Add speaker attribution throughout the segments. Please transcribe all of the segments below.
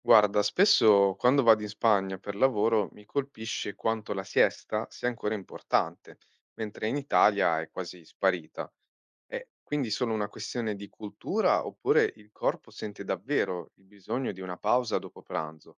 Speaker 1: Guarda, spesso quando vado in Spagna per lavoro mi colpisce quanto la siesta sia ancora importante, mentre in Italia è quasi sparita. È quindi solo una questione di cultura oppure il corpo sente davvero il bisogno di una pausa dopo pranzo?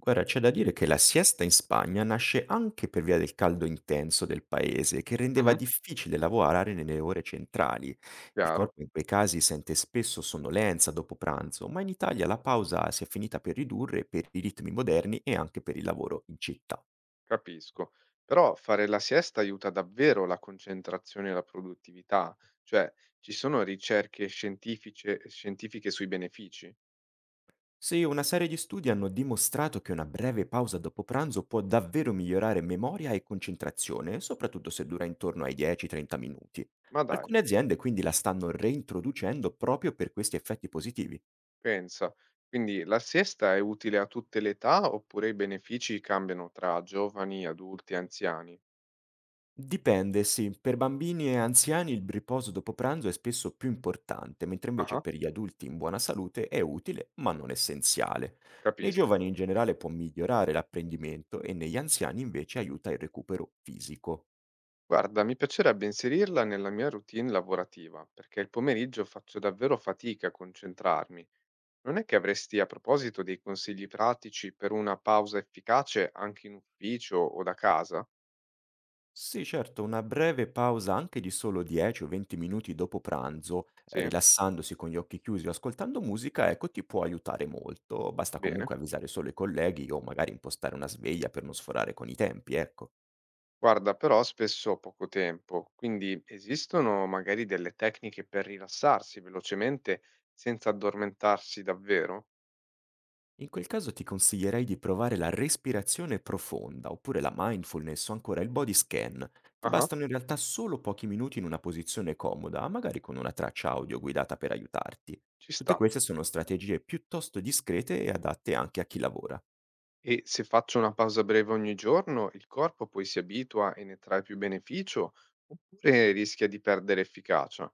Speaker 2: Guarda, c'è da dire che la siesta in Spagna nasce anche per via del caldo intenso del paese, che rendeva
Speaker 1: Mhm.
Speaker 2: difficile lavorare nelle ore centrali. Il
Speaker 1: Chiaro,
Speaker 2: corpo in quei casi sente spesso sonnolenza dopo pranzo, ma in Italia la pausa si è finita per ridurre per i ritmi moderni e anche per il lavoro in città.
Speaker 1: capisco. Però fare la siesta aiuta davvero la concentrazione e la produttività, cioè ci sono ricerche scientifiche sui benefici?
Speaker 2: Sì, una serie di studi hanno dimostrato che una breve pausa dopo pranzo può davvero migliorare memoria e concentrazione, soprattutto se dura intorno ai 10-30 minuti.
Speaker 1: Ma dai.
Speaker 2: Alcune aziende quindi la stanno reintroducendo proprio per questi effetti positivi.
Speaker 1: Pensa, quindi la siesta è utile a tutte le età oppure i benefici cambiano tra giovani, adulti e anziani?
Speaker 2: Dipende, sì, per bambini e anziani il riposo dopo pranzo è spesso più importante, mentre invece
Speaker 1: Ah,
Speaker 2: per gli adulti in buona salute è utile, ma non essenziale. Nei
Speaker 1: capisco.
Speaker 2: giovani in generale può migliorare l'apprendimento e negli anziani invece aiuta il recupero fisico.
Speaker 1: Guarda, mi piacerebbe inserirla nella mia routine lavorativa, perché il pomeriggio faccio davvero fatica a concentrarmi. Non è che avresti a proposito dei consigli pratici per una pausa efficace anche in ufficio o da casa?
Speaker 2: Sì, certo, una breve pausa anche di solo 10 o 20 minuti dopo pranzo,
Speaker 1: Sì?
Speaker 2: rilassandosi con gli occhi chiusi o ascoltando musica, ecco, ti può aiutare molto. Basta
Speaker 1: Bene.
Speaker 2: comunque avvisare solo i colleghi o magari impostare una sveglia per non sforare con i tempi, ecco.
Speaker 1: Guarda, però spesso ho poco tempo, quindi esistono magari delle tecniche per rilassarsi velocemente senza addormentarsi davvero?
Speaker 2: In quel caso ti consiglierei di provare la respirazione profonda oppure la mindfulness o ancora il body scan. Ti
Speaker 1: Ah,
Speaker 2: bastano in realtà solo pochi minuti in una posizione comoda, magari con una traccia audio guidata per aiutarti.
Speaker 1: ci
Speaker 2: Tutte
Speaker 1: sta.
Speaker 2: queste sono strategie piuttosto discrete e adatte anche a chi lavora.
Speaker 1: E se faccio una pausa breve ogni giorno, il corpo poi si abitua e ne trae più beneficio, oppure rischia di perdere efficacia?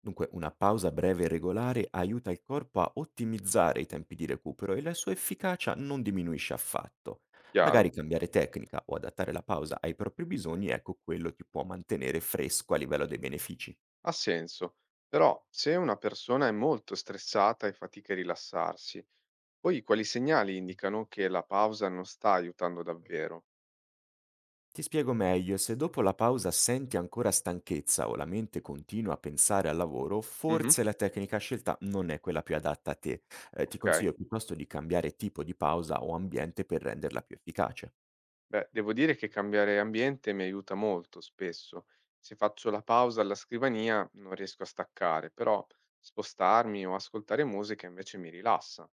Speaker 2: Dunque, una pausa breve e regolare aiuta il corpo a ottimizzare i tempi di recupero e la sua efficacia non diminuisce affatto.
Speaker 1: Chiaro?
Speaker 2: Magari cambiare tecnica o adattare la pausa ai propri bisogni, ecco quello ti può mantenere fresco a livello dei benefici.
Speaker 1: Ha senso. Però se una persona è molto stressata e fatica a rilassarsi, poi quali segnali indicano che la pausa non sta aiutando davvero?
Speaker 2: Ti spiego meglio, se dopo la pausa senti ancora stanchezza o la mente continua a pensare al lavoro,
Speaker 1: Mhm.
Speaker 2: forse la tecnica scelta non è quella più adatta a te. Ti
Speaker 1: Ok.
Speaker 2: consiglio piuttosto di cambiare tipo di pausa o ambiente per renderla più efficace.
Speaker 1: Beh, devo dire che cambiare ambiente mi aiuta molto spesso. Se faccio la pausa alla scrivania non riesco a staccare, però spostarmi o ascoltare musica invece mi rilassa.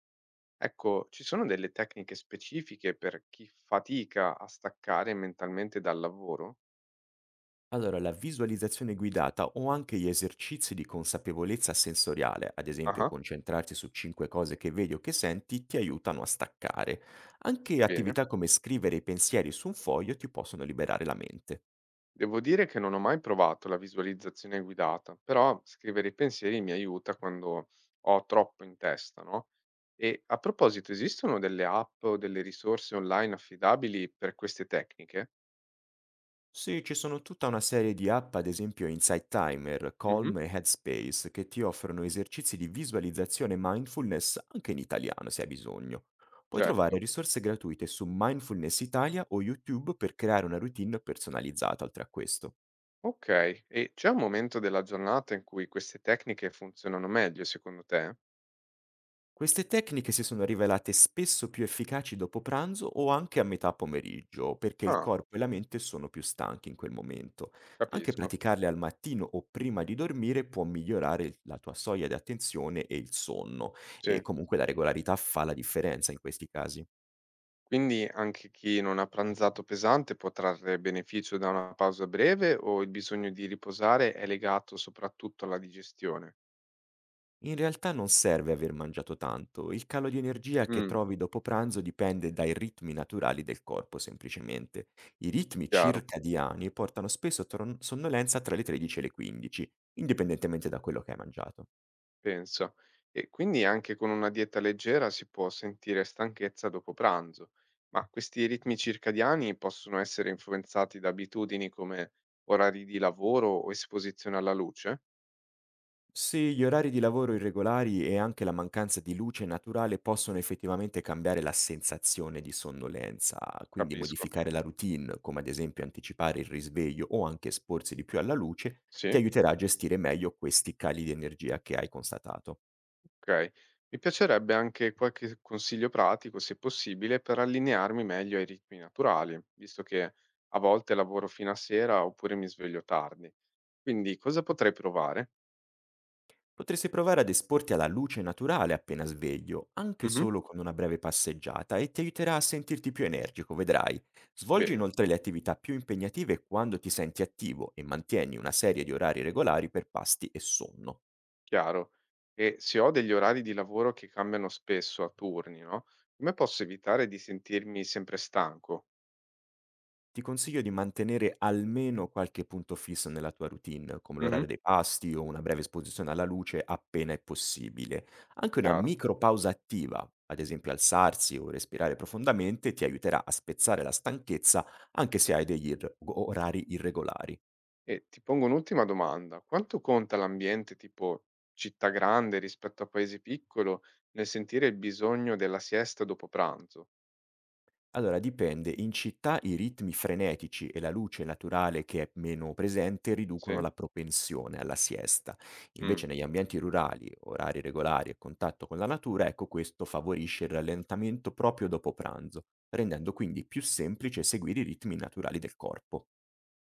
Speaker 1: Ecco, ci sono delle tecniche specifiche per chi fatica a staccare mentalmente dal lavoro?
Speaker 2: Allora, la visualizzazione guidata o anche gli esercizi di consapevolezza sensoriale, ad esempio
Speaker 1: Ah,
Speaker 2: concentrarsi su cinque cose che vedi o che senti, ti aiutano a staccare. Anche
Speaker 1: bene.
Speaker 2: attività come scrivere i pensieri su un foglio ti possono liberare la mente.
Speaker 1: Devo dire che non ho mai provato la visualizzazione guidata, però scrivere i pensieri mi aiuta quando ho troppo in testa, no? E a proposito, esistono delle app o delle risorse online affidabili per queste tecniche?
Speaker 2: Sì, ci sono tutta una serie di app, ad esempio Insight Timer,
Speaker 1: Mhm.
Speaker 2: Calm e Headspace, che ti offrono esercizi di visualizzazione e mindfulness anche in italiano se hai bisogno. Puoi
Speaker 1: Certo.
Speaker 2: trovare risorse gratuite su Mindfulness Italia o YouTube per creare una routine personalizzata oltre a questo.
Speaker 1: Ok, e c'è un momento della giornata in cui queste tecniche funzionano meglio, secondo te?
Speaker 2: Queste tecniche si sono rivelate spesso più efficaci dopo pranzo o anche a metà pomeriggio, perché il
Speaker 1: Ah,
Speaker 2: corpo e la mente sono più stanchi in quel momento. Anche
Speaker 1: capisco.
Speaker 2: praticarle al mattino o prima di dormire può migliorare la tua soglia di attenzione e il sonno,
Speaker 1: Sì.
Speaker 2: e comunque la regolarità fa la differenza in questi casi.
Speaker 1: Quindi anche chi non ha pranzato pesante può trarre beneficio da una pausa breve o il bisogno di riposare è legato soprattutto alla digestione?
Speaker 2: In realtà non serve aver mangiato tanto, il calo di energia che
Speaker 1: Mm.
Speaker 2: trovi dopo pranzo dipende dai ritmi naturali del corpo semplicemente. I ritmi
Speaker 1: Chiaro,
Speaker 2: circadiani portano spesso a sonnolenza tra le 13 e le 15, indipendentemente da quello che hai mangiato.
Speaker 1: penso. E quindi anche con una dieta leggera si può sentire stanchezza dopo pranzo, ma questi ritmi circadiani possono essere influenzati da abitudini come orari di lavoro o esposizione alla luce?
Speaker 2: Sì, gli orari di lavoro irregolari e anche la mancanza di luce naturale possono effettivamente cambiare la sensazione di sonnolenza, quindi
Speaker 1: Capisco.
Speaker 2: modificare la routine, come ad esempio anticipare il risveglio o anche esporsi di più alla luce, ti
Speaker 1: Sì?
Speaker 2: aiuterà a gestire meglio questi cali di energia che hai constatato.
Speaker 1: Okay. Mi piacerebbe anche qualche s consiglio pratico, se possibile, per allinearmi meglio ai ritmi naturali, visto che a volte lavoro fino a sera oppure mi sveglio tardi. Quindi cosa potrei provare?
Speaker 2: Potresti provare ad esporti alla luce naturale appena sveglio, anche
Speaker 1: Mh-mh.
Speaker 2: solo con una breve passeggiata, e ti aiuterà a sentirti più energico, vedrai. Svolgi
Speaker 1: Bene,
Speaker 2: inoltre le attività più impegnative quando ti senti attivo e mantieni una serie di orari regolari per pasti e sonno.
Speaker 1: chiaro. E se ho degli orari di lavoro che cambiano spesso a turni, no, come posso evitare di sentirmi sempre stanco?
Speaker 2: Ti consiglio di mantenere almeno qualche punto fisso nella tua routine, come
Speaker 1: Mh-mh.
Speaker 2: l'orario dei pasti o una breve esposizione alla luce appena è possibile. Anche una
Speaker 1: Chiaro.
Speaker 2: micro pausa attiva, ad esempio alzarsi o respirare profondamente, ti aiuterà a spezzare la stanchezza anche se hai degli orari irregolari.
Speaker 1: E ti pongo un'ultima domanda. Quanto conta l'ambiente tipo città grande rispetto a paese piccolo nel sentire il bisogno della siesta dopo pranzo?
Speaker 2: Allora dipende, in città i ritmi frenetici e la luce naturale che è meno presente riducono
Speaker 1: Sì?
Speaker 2: la propensione alla siesta.
Speaker 1: Mh.
Speaker 2: Invece negli ambienti rurali, orari regolari e contatto con la natura, ecco questo favorisce il rallentamento proprio dopo pranzo, rendendo quindi più semplice seguire i ritmi naturali del corpo.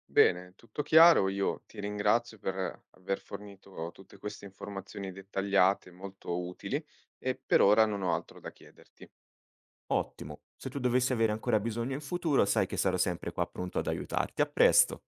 Speaker 1: Bene, tutto chiaro. Io ti ringrazio per aver fornito tutte queste informazioni dettagliate, molto utili, e per ora non ho altro da chiederti.
Speaker 2: Ottimo, se tu dovessi avere ancora bisogno in futuro sai che sarò sempre qua pronto ad aiutarti. A presto!